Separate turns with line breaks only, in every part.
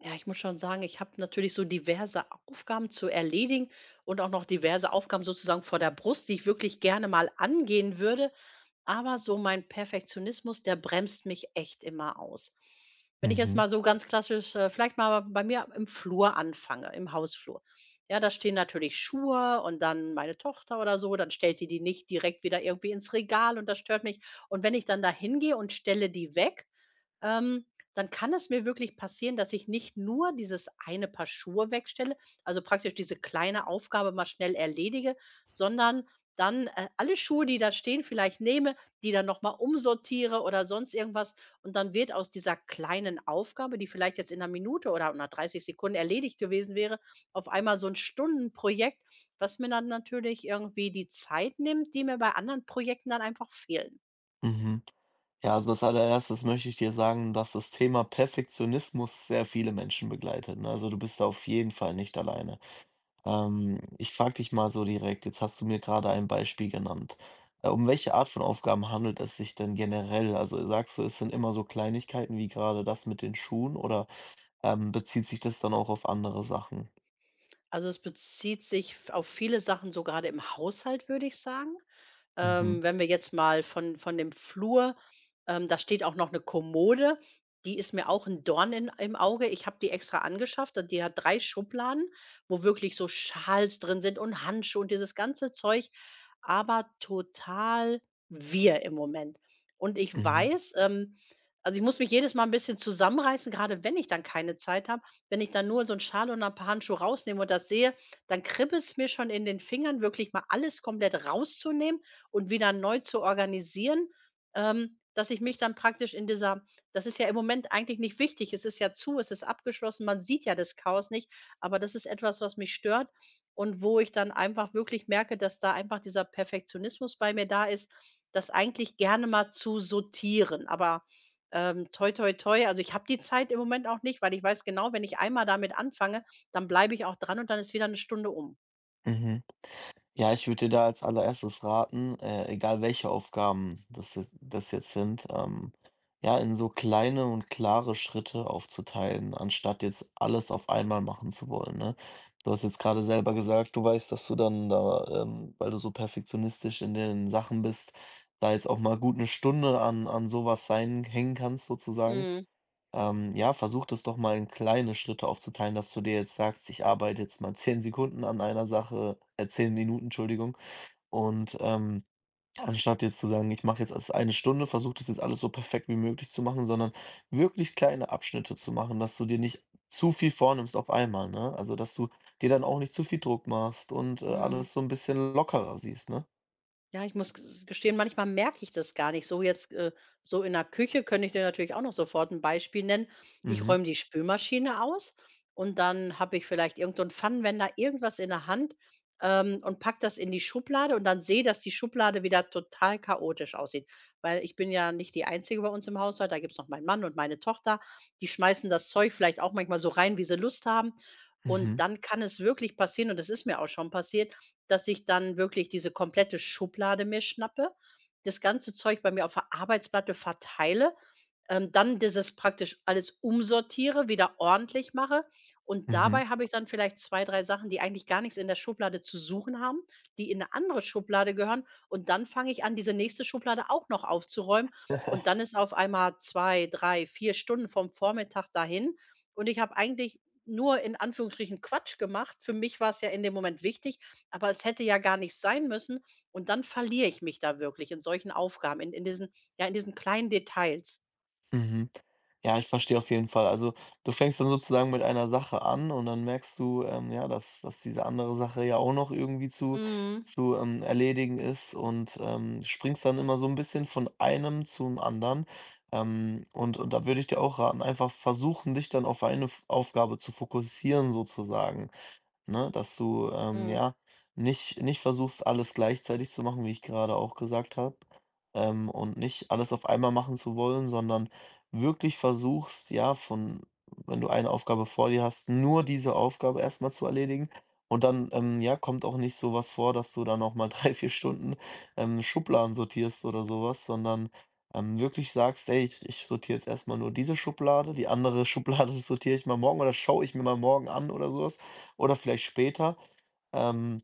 Ja, ich muss schon sagen, ich habe natürlich so diverse Aufgaben zu erledigen und auch noch diverse Aufgaben sozusagen vor der Brust, die ich wirklich gerne mal angehen würde. Aber so mein Perfektionismus, der bremst mich echt immer aus. Wenn ich jetzt
Mhm,
mal so ganz klassisch, vielleicht mal bei mir im Flur anfange, im Hausflur. Ja, da stehen natürlich Schuhe und dann meine Tochter oder so, dann stellt die nicht direkt wieder irgendwie ins Regal und das stört mich. Und wenn ich dann da hingehe und stelle die weg, ähm, dann kann es mir wirklich passieren, dass ich nicht nur dieses eine Paar Schuhe wegstelle, also praktisch diese kleine Aufgabe mal schnell erledige, sondern dann alle Schuhe, die da stehen, vielleicht nehme, die dann nochmal umsortiere oder sonst irgendwas. Und dann wird aus dieser kleinen Aufgabe, die vielleicht jetzt in einer Minute oder in 30 Sekunden erledigt gewesen wäre, auf einmal so ein Stundenprojekt, was mir dann natürlich irgendwie die Zeit nimmt, die mir bei anderen Projekten dann einfach fehlen.
mhm. Ja, also als allererstes möchte ich dir sagen, dass das Thema Perfektionismus sehr viele Menschen begleitet. Ne? Also du bist da auf jeden Fall nicht alleine. Ich frage dich mal so direkt, jetzt hast du mir gerade ein Beispiel genannt. Um welche Art von Aufgaben handelt es sich denn generell? Also sagst du, es sind immer so Kleinigkeiten wie gerade das mit den Schuhen oder bezieht sich das dann auch auf andere Sachen?
Also, es bezieht sich f auf viele Sachen, so gerade im Haushalt, würde ich sagen.
Mhm,
Wenn wir jetzt mal von dem Flur. Da steht auch noch eine Kommode, die ist mir auch ein Dorn in im Auge. Ich habe die extra angeschafft. Da die hat 3 Schubladen, wo wirklich so Schals drin sind und Handschuhe und dieses ganze Zeug, aber total wir im Moment. Und ich
mhm,
weiß, also, ich muss mich jedes Mal ein bisschen zusammenreißen. Gerade wenn ich dann keine Zeit habe. Wenn ich dann nur so 'n Schal und ein paar Handschuhe rausnehme und das sehe, dann kribbelt es mir schon in den Fingern, wirklich mal alles komplett rauszunehmen und wieder neu zu organisieren, dass ich mich dann praktisch in dieser — das ist ja im Moment eigentlich nicht wichtig. Es ist ja zu, es ist abgeschlossen, man sieht ja das Chaos nicht, aber das ist etwas, was mich stört und wo ich dann einfach wirklich merke, dass da einfach dieser Perfektionismus bei mir da ist, das eigentlich gerne mal zu sortieren. Aber, toi, toi, toi, also ich habe die Zeit im Moment auch nicht, weil ich weiß genau, wenn ich einmal damit anfange, dann bleibe ich auch dran und dann ist wieder eine Stunde um.
mhm. Ja, ich würde dir da als allererstes raten, egal welche Aufgaben das jetzt sind, ja, in so kleine und klare Schritte aufzuteilen, anstatt jetzt alles auf einmal machen zu wollen, ne? Du hast jetzt gerade selber gesagt, du weißt, dass du dann da, weil du so perfektionistisch in den Sachen bist, da jetzt auch mal gut eine Stunde an sowas sein, hängen kannst, sozusagen.
Mhm,
Ja, versuch das doch mal in kleine Schritte aufzuteilen, dass du dir jetzt sagst, ich arbeite jetzt mal 10 Sekunden an einer Sache, 10 Minuten, Entschuldigung. Und anstatt jetzt zu sagen, ich mache jetzt erst eine Stunde, versuch das jetzt alles so perfekt wie möglich zu machen, sondern wirklich kleine Abschnitte zu machen, dass du dir nicht zu viel vornimmst auf einmal, ne? Also, dass du dir dann auch nicht zu viel Druck machst und
mhm.
alles so ein bisschen lockerer siehst, ne?
Ja, ich muss gestehen, manchmal merke ich das gar nicht so. Jetzt, so in der Küche könnte ich dir natürlich auch noch sofort ein Beispiel nennen. Ich
Mhm,
räume die Spülmaschine aus und dann habe ich vielleicht irgendeinen Pfannenwender, irgendwas in der Hand, und pack das in die Schublade und dann sehe, dass die Schublade wieder total chaotisch aussieht. Weil ich bin ja nicht die Einzige bei uns im Haushalt, da gibt's noch meinen Mann und meine Tochter. Die schmeißen das Zeug vielleicht auch manchmal so rein, wie sie Lust haben.
mhm,
Und dann kann es wirklich passieren und das ist mir auch schon passiert, dass ich dann wirklich diese komplette Schublade mir schnappe, das ganze Zeug bei mir auf der Arbeitsplatte verteile, dann dieses praktisch alles umsortiere, wieder ordentlich mache. Und
mhm.
dabei habe ich dann vielleicht 2 3 Sachen, die eigentlich gar nichts in der Schublade zu suchen haben, die in eine andere Schublade gehören. Und dann fange ich an, diese nächste Schublade auch noch aufzuräumen. Und dann ist auf einmal 2 3 4 Stunden vom Vormittag dahin. Und ich habe eigentlich nur in Anführungsstrichen Quatsch gemacht. Für mich war es ja in dem Moment wichtig, aber es hätte ja gar nicht sein müssen und dann verliere ich mich da wirklich in solchen Aufgaben, in diesen, ja, in diesen kleinen Details.
Mhm. Ja, ich verstehe auf jeden Fall. Also, du fängst dann sozusagen mit einer Sache an und dann merkst du, ja, dass diese andere Sache ja auch noch irgendwie zu,
Mhm.
zu erledigen ist und springst dann immer so ein bisschen von einem zum anderen. Und da würde ich dir auch raten, einfach versuchen, dich dann auf eine Aufgabe zu fokussieren, sozusagen, ne? Dass du,
Mhm.
ja, nicht versuchst, alles gleichzeitig zu machen, wie ich gerade auch gesagt habe, und nicht alles auf einmal machen zu wollen, sondern wirklich versuchst, ja, von wenn du eine Aufgabe vor dir hast, nur diese Aufgabe erstmal zu erledigen und dann, ja, kommt auch nicht so was vor, dass du dann noch mal 3, 4 Stunden, Schubladen sortierst oder sowas, sondern, wirklich sagst: „Ey, ich sortiere jetzt erstmal nur diese Schublade, die andere Schublade sortiere ich mal morgen oder schaue ich mir mal morgen an" oder sowas oder vielleicht später. Ähm,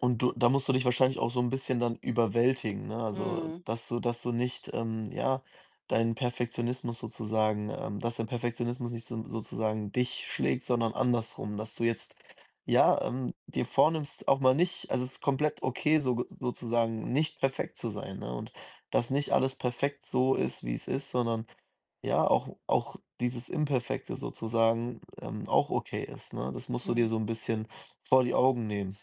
und du da musst du dich wahrscheinlich auch so ein bisschen dann überwältigen, ne? Also,
Mhm.
dass du nicht, ja, deinen Perfektionismus sozusagen, dass dein Perfektionismus nicht so sozusagen dich schlägt, sondern andersrum, dass du jetzt, ja, dir vornimmst, auch mal nicht, also, es ist komplett okay, so sozusagen nicht perfekt zu sein, ne? Und dass nicht alles perfekt so ist, wie es ist, sondern, ja, auch dieses Imperfekte sozusagen, auch okay ist, ne? Das musst du dir
Mhm.
so ein bisschen vor die Augen nehmen.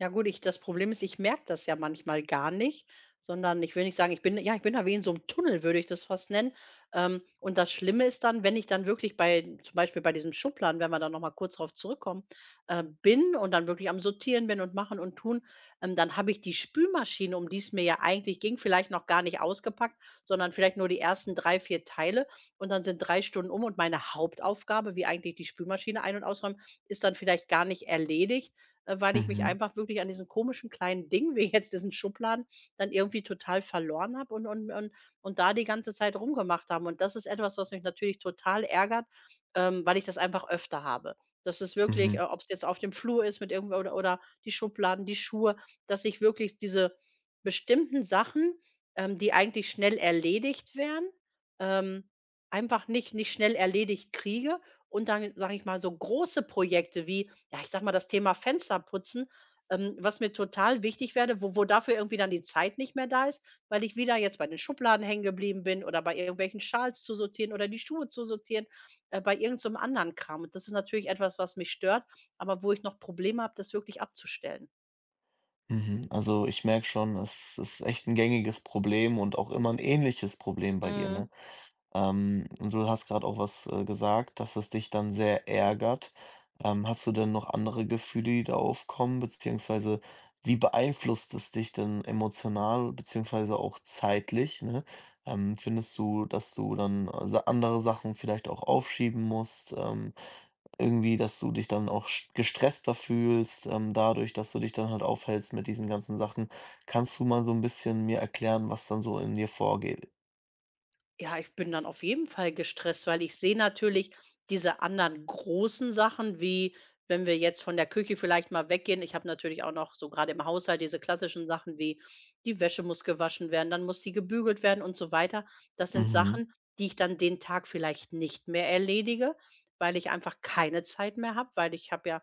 Ja gut, ich das Problem ist, ich merke das ja manchmal gar nicht, sondern ich will nicht sagen, ich bin da wie in so einem Tunnel, würde ich das fast nennen. Und das Schlimme ist dann, wenn ich dann wirklich bei zum Beispiel bei diesem Schubladen, wenn wir da noch mal kurz drauf zurückkommen, bin und dann wirklich am Sortieren bin und machen und tun, dann habe ich die Spülmaschine, um die es mir ja eigentlich ging, vielleicht noch gar nicht ausgepackt, sondern vielleicht nur die ersten 3 4 Teile und dann sind 3 Stunden um und meine Hauptaufgabe, wie eigentlich die Spülmaschine ein und ausräumen, ist dann vielleicht gar nicht erledigt, weil ich mich
Mhm.
einfach wirklich an diesen komischen kleinen Dingen, wie jetzt diesen Schubladen, dann irgendwie total verloren habe und da die ganze Zeit rumgemacht haben. Und das ist etwas, was mich natürlich total ärgert, weil ich das einfach öfter habe. Das ist wirklich,
Mhm,
ob es jetzt auf dem Flur ist mit irgendwo oder die Schubladen, die Schuhe, dass ich wirklich diese bestimmten Sachen, die eigentlich schnell erledigt werden, ähm, einfach nicht schnell erledigt kriege. Und dann, sage ich mal, so große Projekte wie ja, ich sage mal, das Thema Fensterputzen, was mir total wichtig werde, wo dafür irgendwie dann die Zeit nicht mehr da ist, weil ich wieder jetzt bei den Schubladen hängen geblieben bin oder bei irgendwelchen Schals zu sortieren oder die Schuhe zu sortieren, bei irgendeinem so 'nem anderen Kram. Und das ist natürlich etwas, was mich stört, aber wo ich noch Probleme habe, das wirklich abzustellen.
mhm. Also, ich merke schon, es ist echt ein gängiges Problem und auch immer ein ähnliches Problem bei dir,
Mhm.
ne? Und du hast gerade auch was, gesagt, dass es dich dann sehr ärgert. Hast du denn noch andere Gefühle, die da aufkommen, beziehungsweise wie beeinflusst es dich denn emotional, beziehungsweise auch zeitlich, ne? Findest du, dass du dann, sa andere Sachen vielleicht auch aufschieben musst, irgendwie, dass du dich dann auch sch gestresster fühlst, dadurch, dass du dich dann halt aufhältst mit diesen ganzen Sachen? Kannst du mal so ein bisschen mir erklären, was dann so in dir vorgeht?
Ja, ich bin dann auf jeden Fall gestresst, weil ich sehe natürlich diese anderen großen Sachen, wie wenn wir jetzt von der Küche vielleicht mal weggehen. Ich habe natürlich auch noch so gerade im Haushalt diese klassischen Sachen wie die Wäsche muss gewaschen werden, dann muss sie gebügelt werden und so weiter. Das sind
Mhm,
Sachen, die ich dann den Tag vielleicht nicht mehr erledige, weil ich einfach keine Zeit mehr habe, weil ich habe ja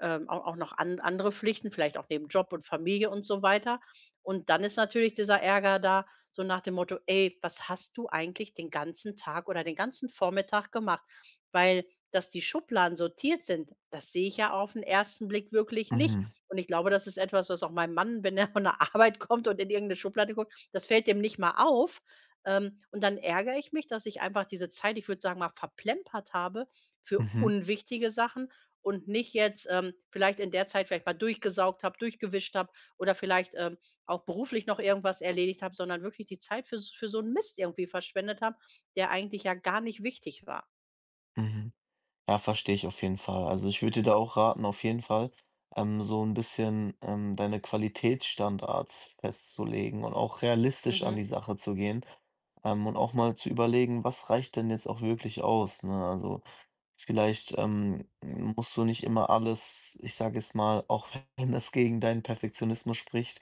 auch noch andere Pflichten, vielleicht auch neben Job und Familie und so weiter. Und dann ist natürlich dieser Ärger da, so nach dem Motto: „Ey, was hast du eigentlich den ganzen Tag oder den ganzen Vormittag gemacht?" Weil, dass die Schubladen sortiert sind, das sehe ich ja auf den ersten Blick wirklich nicht.
mhm.
Und ich glaube, das ist etwas, was auch meinem Mann, wenn er von der Arbeit kommt und in irgendeine Schublade guckt, das fällt dem nicht mal auf. Und dann ärgere ich mich, dass ich einfach diese Zeit, ich würde sagen mal, verplempert habe für
Mhm,
unwichtige Sachen und nicht jetzt, vielleicht in der Zeit vielleicht mal durchgesaugt habe, durchgewischt habe oder vielleicht, auch beruflich noch irgendwas erledigt habe, sondern wirklich die Zeit für so einen Mist irgendwie verschwendet habe, der eigentlich ja gar nicht wichtig war.
mhm. Ja, verstehe ich auf jeden Fall. Also, ich würde dir da auch raten, auf jeden Fall so ein bisschen, deine Qualitätsstandards festzulegen und auch realistisch an die
Mhm.
Sache zu gehen, und auch mal zu überlegen, was reicht denn jetzt auch wirklich aus, ne? Also vielleicht, musst du nicht immer alles, ich sage jetzt mal, auch, wenn es gegen deinen Perfektionismus spricht,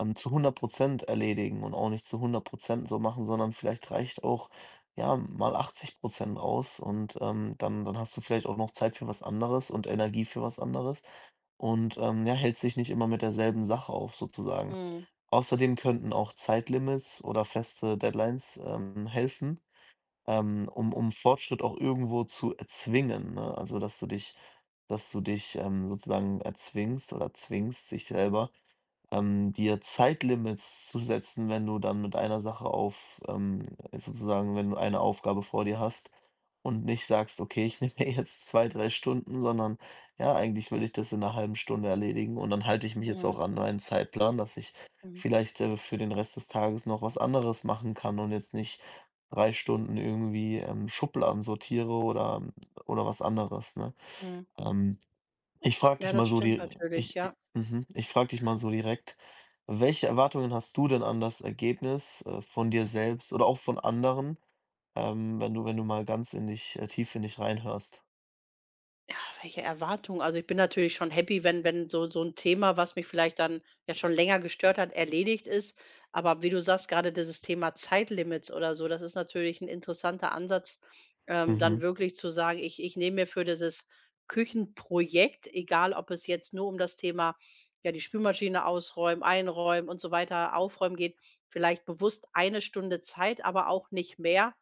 zu 100 erledigen und auch nicht zu 100 so machen, sondern vielleicht reicht auch, ja, mal 80 aus, und dann hast du vielleicht auch noch Zeit für was anderes und Energie für was anderes und, ja, hältst dich nicht immer mit derselben Sache auf sozusagen.
Mhm.
Außerdem könnten auch Zeitlimits oder feste Deadlines, helfen, um Fortschritt auch irgendwo zu erzwingen, ne? Also, dass du dich, sozusagen erzwingst oder zwingst, sich selber, dir Zeitlimits zu setzen, wenn du dann mit einer Sache auf, sozusagen, wenn du eine Aufgabe vor dir hast und nicht sagst, okay, ich nehme mir jetzt 2, 3 Stunden, sondern ja, eigentlich will ich das in einer halben Stunde erledigen, und dann halte ich mich jetzt
Mhm.
auch an meinen Zeitplan, dass ich
Mhm. Mhm.
vielleicht für den Rest des Tages noch was anderes machen kann und jetzt nicht 3 Stunden irgendwie Schubladen sortiere oder was anderes, ne?
Mhm.
Ähm, ich frage
Ja,
dich
das
mal so
stimmt
die
natürlich,
ich
ja.
mhm, ich frage dich mal so direkt, welche Erwartungen hast du denn an das Ergebnis, von dir selbst oder auch von anderen, wenn du mal ganz in dich, tief in dich reinhörst?
Welche Erwartungen? Also, ich bin natürlich schon happy, wenn wenn so ein Thema, was mich vielleicht dann ja schon länger gestört hat, erledigt ist. Aber wie du sagst, gerade, dieses Thema Zeitlimits oder so, das ist natürlich ein interessanter Ansatz, dann
Mhm.
wirklich zu sagen: „Ich nehme mir für dieses Küchenprojekt", egal ob es jetzt nur um das Thema, ja, die Spülmaschine ausräumen, einräumen und so weiter, aufräumen geht, vielleicht bewusst eine Stunde Zeit, aber auch nicht mehr,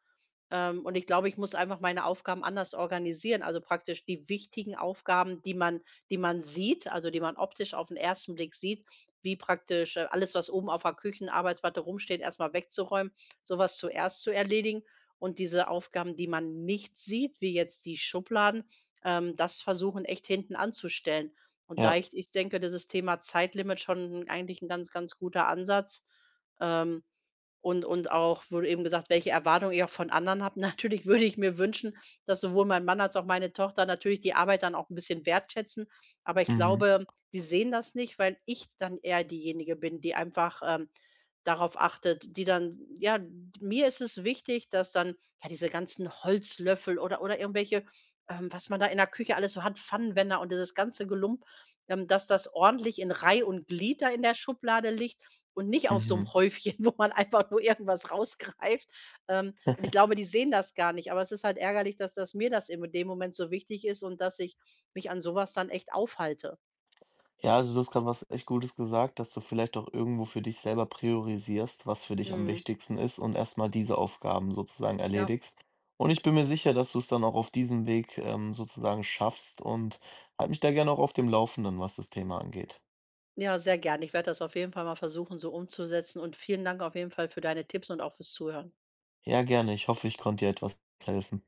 und ich glaube, ich muss einfach meine Aufgaben anders organisieren. Also praktisch die wichtigen Aufgaben, die man sieht, also die man optisch auf den ersten Blick sieht, wie praktisch alles, was oben auf der Küchenarbeitsplatte rumsteht, erstmal wegzuräumen, sowas zuerst zu erledigen. Und diese Aufgaben, die man nicht sieht, wie jetzt die Schubladen, das versuchen echt hinten anzustellen. Und da
Ja.
ich denke, dieses Thema Zeitlimit schon eigentlich ein ganz, ganz guter Ansatz. Ähm, und auch wurde eben gesagt, welche Erwartungen ich auch von anderen habe. Natürlich würde ich mir wünschen, dass sowohl mein Mann als auch meine Tochter natürlich die Arbeit dann auch ein bisschen wertschätzen. Aber ich
Mhm.
glaube, die sehen das nicht, weil ich dann eher diejenige bin, die einfach, darauf achtet, die dann ja, mir ist es wichtig, dass dann ja, diese ganzen Holzlöffel oder irgendwelche, was man da in der Küche alles so hat, Pfannenwender und dieses ganze Gelump, dass das ordentlich in Reih und Glied da in der Schublade liegt und nicht auf so einem
Mhm.
Häufchen, wo man einfach nur irgendwas rausgreift. Und ich glaube, die sehen das gar nicht, aber es ist halt ärgerlich, dass mir das im in dem Moment so wichtig ist und dass ich mich an sowas dann echt aufhalte.
Ja, also du hast gerade was echt Gutes gesagt, dass du vielleicht auch irgendwo für dich selber priorisierst, was für dich am
Mhm.
wichtigsten ist und erstmal diese Aufgaben sozusagen
Ja.
erledigst. Und ich bin mir sicher, dass du es dann auch auf diesem Weg, sozusagen schaffst, und halt mich da gerne auch auf dem Laufenden, was das Thema angeht.
Ja, sehr gern. Ich werde das auf jeden Fall mal versuchen, so umzusetzen und vielen Dank auf jeden Fall für deine Tipps und auch fürs Zuhören.
Ja, gerne. Ich hoffe, ich konnte dir etwas helfen.